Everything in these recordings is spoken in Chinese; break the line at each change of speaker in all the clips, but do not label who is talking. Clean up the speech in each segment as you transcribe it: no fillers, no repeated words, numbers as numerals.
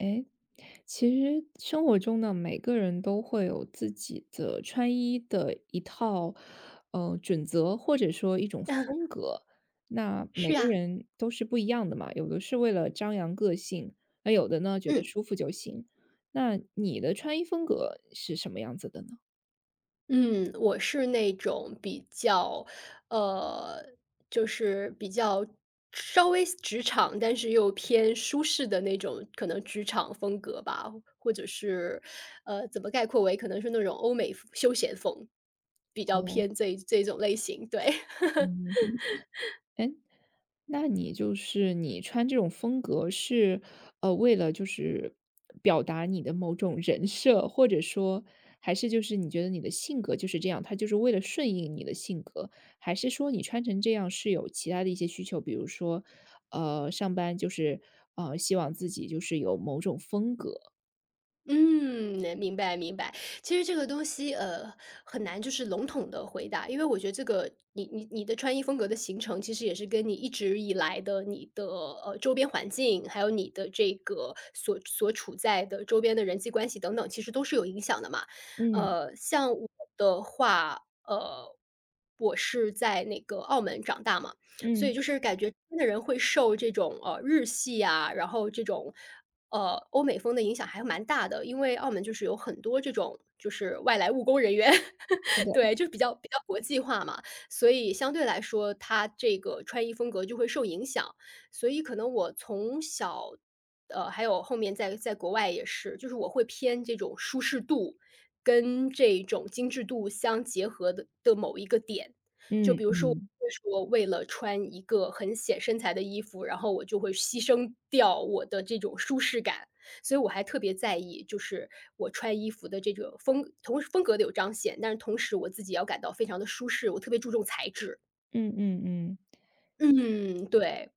哎，其实生活中呢，每个人都会有自己的穿衣的一套，准则，或者说一种
嗯，
风格。那每
是
个
啊，
人都是不一样的嘛，有的是为了张扬个性，那有的呢，觉得
嗯
舒服就行。那你的穿衣风格是什么样子的呢？
嗯，我是那种比较，呃，就是比较稍微职场，但是又偏舒适的那种，可能职场风格吧，或者是，怎么概括为可能是那种欧美风休闲风，比较
哦，
偏这种类型，对。
嗯。那你就是你穿这种风格是，为了就是表达你的某种人设，或者说还是就是你觉得你的性格就是这样，它就是为了顺应你的性格，还是说你穿成这样是有其他的一些需求，比如说，上班就是希望自己就是有某种风格？
嗯，明白明白。其实这个东西，很难就是笼统的回答，因为我觉得这个你的穿衣风格的形成，其实也是跟你一直以来的你的，周边环境，还有你的这个所处在的周边的人际关系等等，其实都是有影响的嘛。
嗯
像我的话，呃，我是在那个澳门长大嘛，所
嗯，
以就是感觉真的人会受这种，日系啊，然后这种欧美风的影响还蛮大的，因为澳门就是有很多这种就是外来务工人员，
是的，
对，就是比较国际化嘛，所以相对来说，它这个穿衣风格就会受影响。所以可能我从小，还有后面在国外也是，就是我会偏这种舒适度跟这种精致度相结合的某一个点。就
嗯。
比如说我会说，为了穿一个很显身材的衣服，然后我就会牺牲掉我的这种舒适感。所以我还特别在意，就是我穿衣服的这个风，同时风格的有彰显，但是同时我自己要感到非常的舒适，我特别注重材质。
嗯嗯嗯。
嗯，对，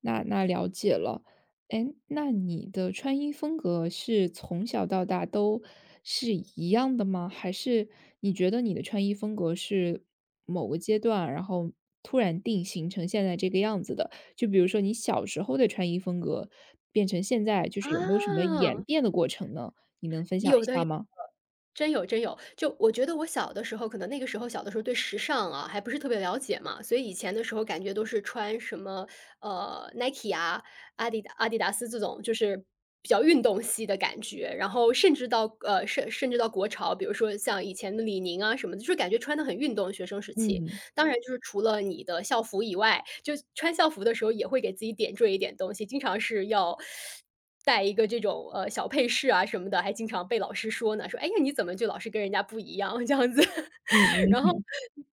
那了解了。哎，那你的穿衣风格是从小到大都是一样的吗？还是你觉得你的穿衣风格是某个阶段，然后突然定型成现在这个样子的？就比如说你小时候的穿衣风格变成现在，就
啊。
是有没有什么演变的过程呢？你能分享
有
一
的有
下
的，
吗？
真有真有。就我觉得我小的时候，可能那个时候小的时候对时尚啊，还不是特别了解嘛，所以以前的时候感觉都是穿什么，Nike 啊，阿迪达斯这种，就是比较运动系的感觉。然后甚至到甚至到国潮，比如说像以前的李宁啊什么的，就是感觉穿的很运动，学生时期。
嗯，
当然就是除了你的校服以外，就穿校服的时候也会给自己点缀一点东西，经常是要带一个这种，小配饰啊什么的，还经常被老师说呢，说：“哎呀，你怎么就老是跟人家不一样？”这样子。
嗯
然后
嗯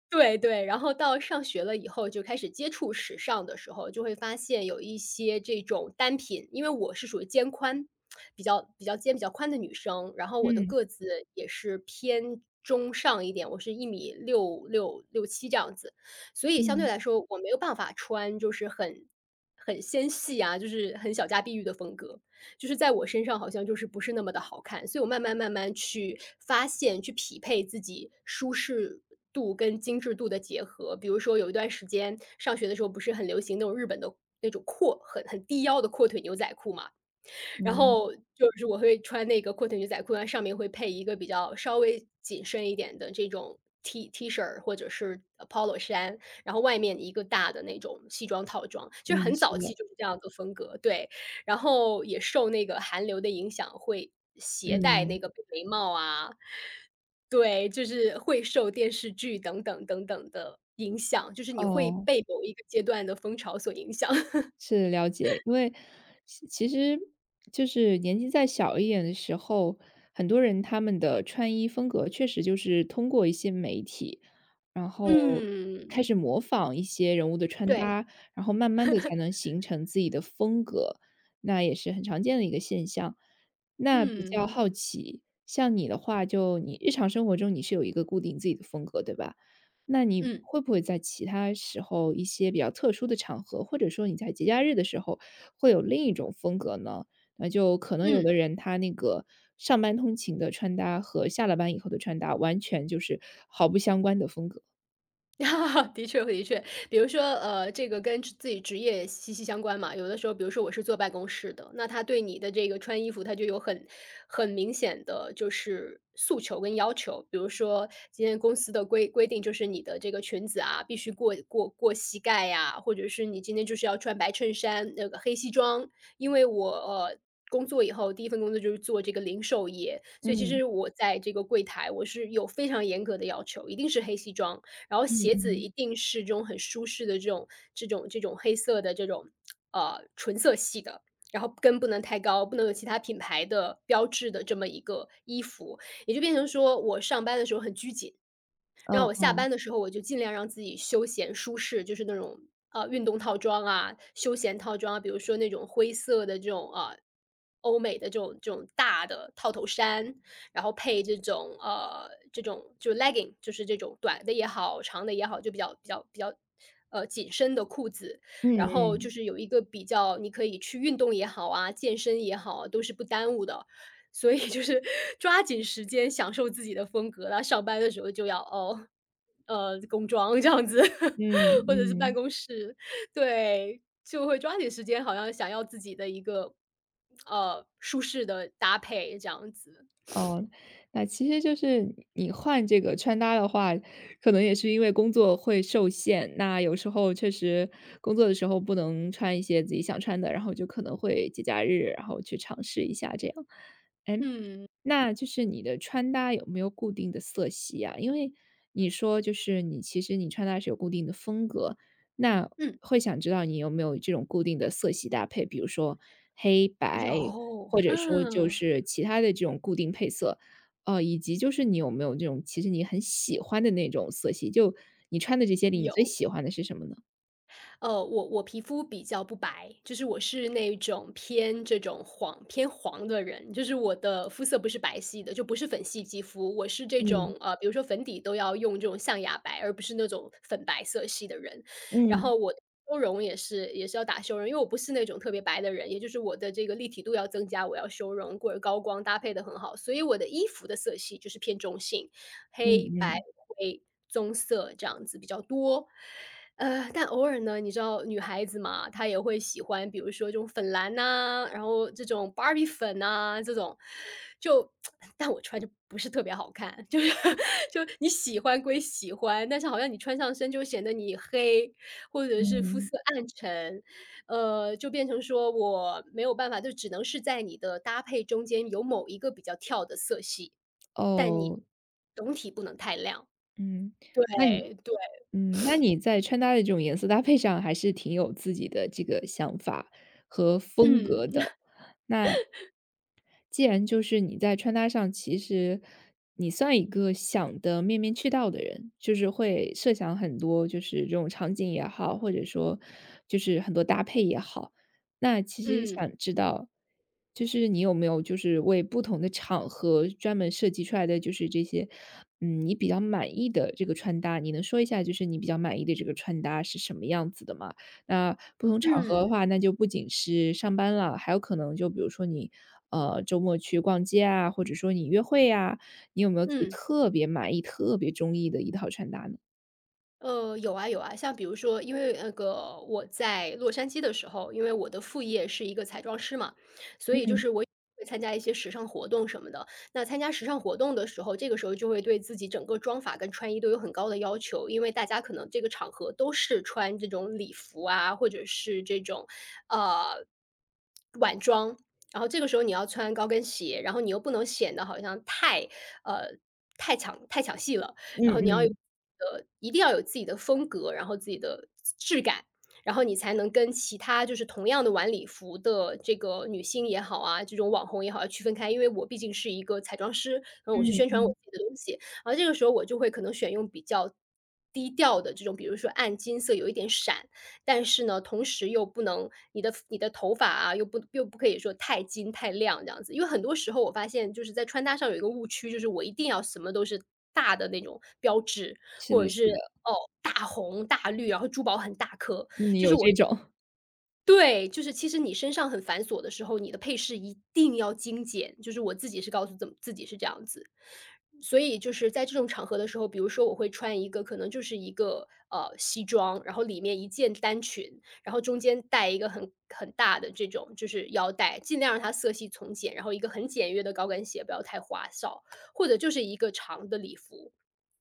对对，然后到上学了以后就开始接触时尚的时候，就会发现有一些这种单品，因为我是属于肩宽，比较肩比较宽的女生，然后我的
嗯
个子也是偏中上一点，我是一米六六六七这样子，所以相对
嗯
来说我没有办法穿就是很纤细啊，就是很小家碧玉的风格。就是在我身上好像就是不是那么的好看，所以我慢慢去发现，去匹配自己舒适度跟精致度的结合。比如说有一段时间上学的时候，不是很流行那种日本的那种阔很低腰的阔腿牛仔裤嘛，然
嗯
后就是我会穿那个阔腿牛仔裤，然后上面会配一个比较稍微紧身一点的这种 T 恤儿或者是Polo 衫，然后外面一个大的那种西装套装，就是
嗯，
很
是
早期
的，
就是这样的风格，对。然后也受那个韩流的影响，会携带
嗯，
那个眉毛啊，对，就是会受电视剧等等的影响，就是你会
哦。
被某一个阶段的风潮所影响。
是，了解。因为其实就是年纪再小一点的时候，很多人他们的穿衣风格确实就是通过一些媒体，然后
嗯，
开始模仿一些人物的穿
对，
搭，然后慢慢的才能形成自己的风格，那也是很常见的一个现象。那比较
嗯，
好奇，像你的话，就你日常生活中你是有一个固定自己的风格，对吧？那你
嗯。
会不会在其他时候一些比较特殊的场合，或者说你在节假日的时候，会有另一种风格呢？那就可能有的
嗯，
人他那个上班通勤的穿搭和下了班以后的穿搭，完全就是毫不相关的风格。
的确的确。比如说，这个跟自己职业息息相关嘛。有的时候，比如说我是坐办公室的，那他对你的这个穿衣服，他就有很明显的就是诉求跟要求。比如说，今天公司的规定就是你的这个裙子啊，必须过膝盖呀、或者是你今天就是要穿白衬衫，那个黑西装，因为我工作以后，第一份工作就是做这个零售业，所以其
嗯
实我在这个柜台我是有非常严格的要求，一定是黑西装，然后
嗯
鞋子
嗯，
一定是这种很舒适的这种黑色的这种纯色系的。然后跟不能太高，不能有其他品牌的标志的这么一个衣服，也就变成说我上班的时候很拘谨，然后
哦
我下
哦，
班的时候，我就尽量让自己休闲舒适，就是那种运动套装啊、休闲套装啊，比如说那种灰色的这种欧美的这种大的套头衫，然后配这种这种就 legging，就是这种短的也好、长的也好，就比较紧身的裤子，然
嗯
后就是有一个比较你可以去运动也好啊、健身也好啊都是不耽误的。所以就是抓紧时间享受自己的风格，然后上班的时候就要哦，工装这样子，
嗯
或者是办
嗯。
公室，对，就会抓紧时间，好像想要自己的一个舒适的搭配这样子。
哦，那其实就是你换这个穿搭的话，可能也是因为工作会受限，那有时候确实工作的时候不能穿一些自己想穿的，然后就可能会节假日，然后去尝试一下这样。哎，
嗯
那就是你的穿搭有没有固定的色系啊？因为你说就是你其实你穿搭是有固定的风格，那
嗯，
会想知道你有没有这种固定的色系搭配，比如说黑白，
有，
或者说就
嗯
是其他的这种固定配色，哦，以及就是你有没有这种其实你很喜欢的那种色系，就你穿的这些里，你最
有。
喜欢的是什么呢？
我皮肤比较不白，就是我是那种偏这种黄偏黄的人，就是我的肤色不是白皙的，就不是粉系肌肤，我是这
嗯，
种比如说粉底都要用这种象牙白，而不是那种粉白色系的人。然
嗯，
后我的修容也是要打修容，因为我不是那种特别白的人，也就是我的这个立体度要增加，我要修容或者高光搭配的很好，所以我的衣服的色系就是偏中性。
嗯
黑、白、
嗯，
灰、棕色这样子比较多。但偶尔呢，你知道女孩子嘛，她也会喜欢，比如说这种粉蓝呐、然后这种芭比粉呐、这种，就 但我穿着不是特别好看，就是 就你喜欢归喜欢，但是好像你穿上身就显得你黑，或者是肤色
嗯，
暗沉，就变成说我没有办法，就只能是在你的搭配中间有某一个比较跳的色系。但你
哦，
总体不能太亮。
嗯，
对
那你
对，
嗯，那你在穿搭的这种颜色搭配上还是挺有自己的这个想法和风格
嗯
的。那既然就是你在穿搭上，其实你算一个想的面面俱到的人，就是会设想很多，就是这种场景也好，或者说就是很多搭配也好。那其实
嗯，
想知道，就是你有没有就是为不同的场合专门设计出来的，就是这些，嗯，你比较满意的这个穿搭，你能说一下就是你比较满意的这个穿搭是什么样子的吗？那不同场合
嗯，
的话，那就不仅是上班了，还有可能就比如说你，周末去逛街啊，或者说你约会呀，你有没有自己
嗯。
特别满意、特别中意的一套穿搭呢？
有啊有啊，像比如说，因为那个我在洛杉矶的时候，因为我的副业是一个彩妆师嘛，所以就
嗯，
是我会参加一些时尚活动什么的。那参加时尚活动的时候，这个时候就会对自己整个妆法跟穿衣都有很高的要求，因为大家可能这个场合都是穿这种礼服啊，或者是这种呃晚装，然后这个时候你要穿高跟鞋，然后你又不能显得好像太呃太抢戏了。
嗯
然后你要有
嗯
一定要有自己的风格，然后自己的质感，然后你才能跟其他就是同样的晚礼服的这个女星也好啊，这种网红也好，要区分开。因为我毕竟是一个彩妆师，然后我去
嗯
宣传我
嗯，
自己的东西，然后这个时候我就会可能选用比较低调的这种，比如说暗金色，有一点闪，但是呢，同时又不能你的头发啊，又不可以说太金太亮这样子。因为很多时候我发现就是在穿搭上有一个误区，就是我一定要什么都是大的那种标志，
是
或
的
者是
是的，
哦大红大绿，然后珠宝很大颗。
嗯，有这种，
对，就是其实你身上很繁琐的时候，你的配饰一定要精简，就是我自己是告诉怎自己是这样子。所以就是在这种场合的时候，比如说我会穿一个可能就是一个，西装，然后里面一件单裙，然后中间带一个很大的这种就是腰带，尽量让它色系从简，然后一个很简约的高跟鞋，不要太花哨，或者就是一个长的礼服。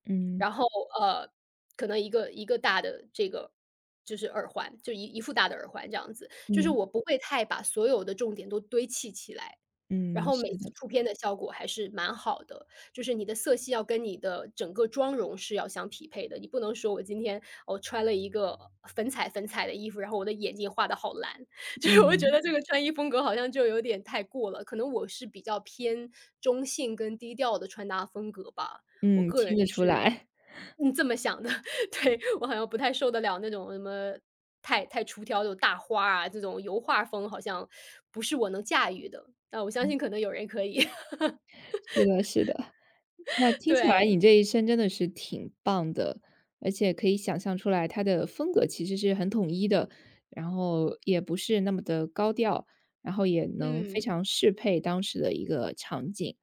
嗯，
然后，呃，可能一个大的这个就是耳环，就一副大的耳环这样子。就是
嗯，
我不会太把所有的重点都堆砌起来，然
嗯，
后每
是的，
次出片的效果还是蛮好的。就是你的色系要跟你的整个妆容是要相匹配的，你不能说我今天，我穿了一个粉彩的衣服，然后我的眼睛画的好蓝。就是我会觉
嗯，
得这个穿衣风格好像就有点太过了，可能我是比较偏中性跟低调的穿搭风格吧。我
嗯，
个人
听得出
是
来，
嗯，这么想的，对，我好像不太受得了那种什么太出挑这种大花儿啊，这种油画风好像不是我能驾驭的，但我相信可能有人可以，
是的是的。那听起来
对，
你这一身真的是挺棒的，而且可以想象出来，它的风格其实是很统一的，然后也不是那么的高调，然后也能非
嗯，
常适配当时的一个场景。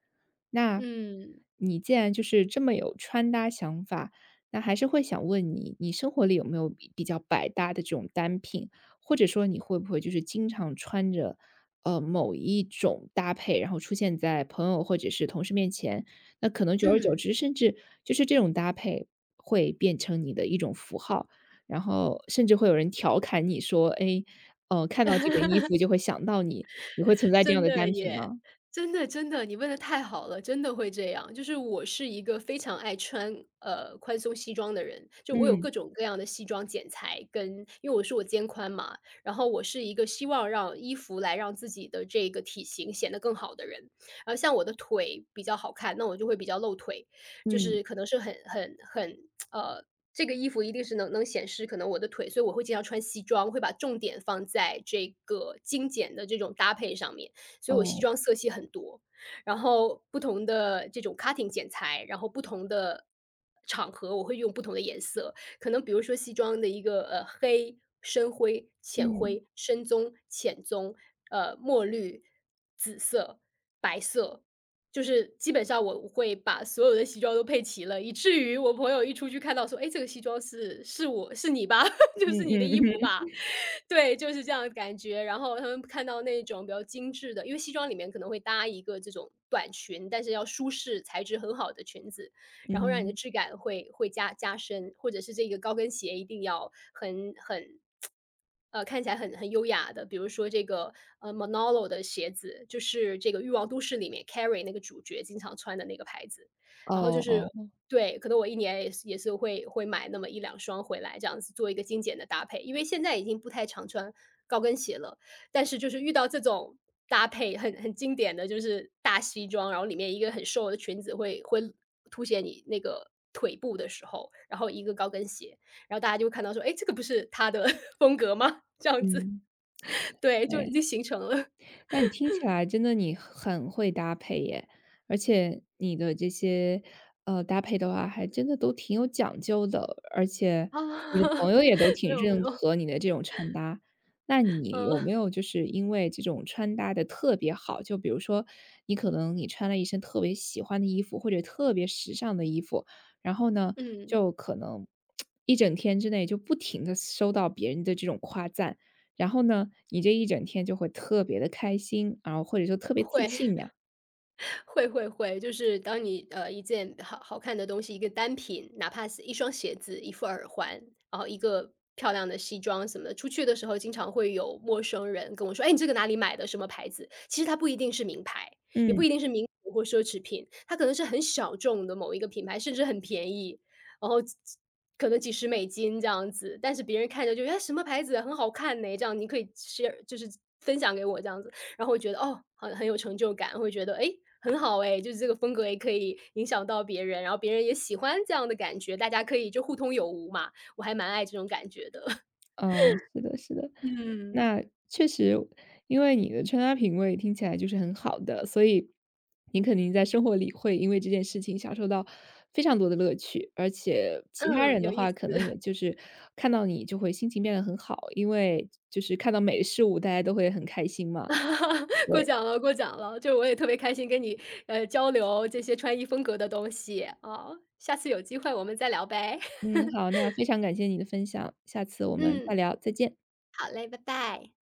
那
嗯，
你既然就是这么有穿搭想法，那还是会想问你，你生活里有没有比较百搭的这种单品？或者说你会不会就是经常穿着，某一种搭配，然后出现在朋友或者是同事面前，那可能久而久
嗯。
之，甚至就是这种搭配会变成你的一种符号，然后甚至会有人调侃你说：“哎，看到这个衣服就会想到你。”你会存在这样
真
的单
的
品
耶，
吗？
真的，你问的太好了，真的会这样。就是我是一个非常爱穿宽松西装的人，就我有
嗯，
各种各样的西装剪裁跟，因为我肩宽嘛，然后我是一个希望让衣服来让自己的这个体型显得更好的人。然后像我的腿比较好看，那我就会比较露腿，就
嗯，
是可能是很呃。这个衣服一定是能显示可能我的腿，所以我会经常穿西装，会把重点放在这个精简的这种搭配上面。所以我西
哦。
装色系很多，然后不同的这种 cutting 剪裁，然后不同的场合我会用不同的颜色，可能比如说西装的一个黑、深灰、浅
嗯，
灰、深棕、浅棕，墨绿、紫色、白色，就是基本上我会把所有的西装都配齐了，以至于我朋友一出去看到说：“哎，这个西装是我是你吧？” 就是
嗯
你的
嗯
衣服
嗯
吧。对，就是这样的感觉。然后他们看到那种比较精致的，因为西装里面可能会搭一个这种短裙，但是要舒适、材质很好的裙子，然后让你的
嗯，
质感会加深，或者是这个高跟鞋一定要很看起来很优雅的，比如说这个Manolo 的鞋子，就是这个《欲望都市》里面 Carrie 那个主角经常穿的那个牌子。
哦
然后就是
哦，
对，可能我一年也是会买那么一两双回来，这样子做一个精简的搭配。因为现在已经不太常穿高跟鞋了，但是就是遇到这种搭配很经典的，就是大西装，然后里面一个很瘦的裙子会凸显你那个腿部的时候，然后一个高跟鞋，然后大家就会看到说：“哎，这个不是他的 风格吗？”这样子，
嗯，
对，就已经
对。
形成了。
但你听起来真的你很会搭配耶，而且你的这些，搭配的话还真的都挺有讲究的，而且
啊，
你的朋 友也都
没
挺
有没
认
有，
可你的这种穿搭。那你有
嗯，
没有就是因为这种穿搭的特别好，就比如说你可能你穿了一身特别喜欢的衣服，或者特别时尚的衣服，然后呢，
嗯，
就可能一整天之内就不停的收到别人的这种夸赞，然后呢，你这一整天就会特别的开心，然后或者说特别自
会。
信呀。
会会会，就是当你一件好好看的东西，一个单品，哪怕是一双鞋子、一副耳环，然后一个漂亮的西装什么的，出去的时候经常会有陌生人跟我说：“哎，你这个哪里买的？什么牌子？”其实它不一定是名牌，也
嗯，
不一定是名牌或奢侈品，它可能是很小众的某一个品牌，甚至很便宜，然后可能几十美金这样子，但是别人看着就哎什么牌子很好看呢，这样你可以 share 就是分享给我这样子，然后我觉得哦，很有成就感，会觉得哎很好哎，就是这个风格也可以影响到别人，然后别人也喜欢这样的感觉，大家可以就互通有无嘛，我还蛮爱这种感觉的。
哦，是的是的。那确实，因为你的穿搭品味听起来就是很好的，所以你肯定在生活里会因为这件事情享受到非常多的乐趣。而且
嗯，
其他人的
有意
话，
思。
可能也就是看到你就会心情变得很好，因为就是看到美的事物，大家都会很开心嘛。
过
对，
奖了，过奖了，就我也特别开心跟你，交流这些穿衣风格的东西，啊，下次有机会我们再聊呗。
嗯，好，那非常感谢你的分享，下次我们再
嗯，
聊，再见。
好嘞，拜拜。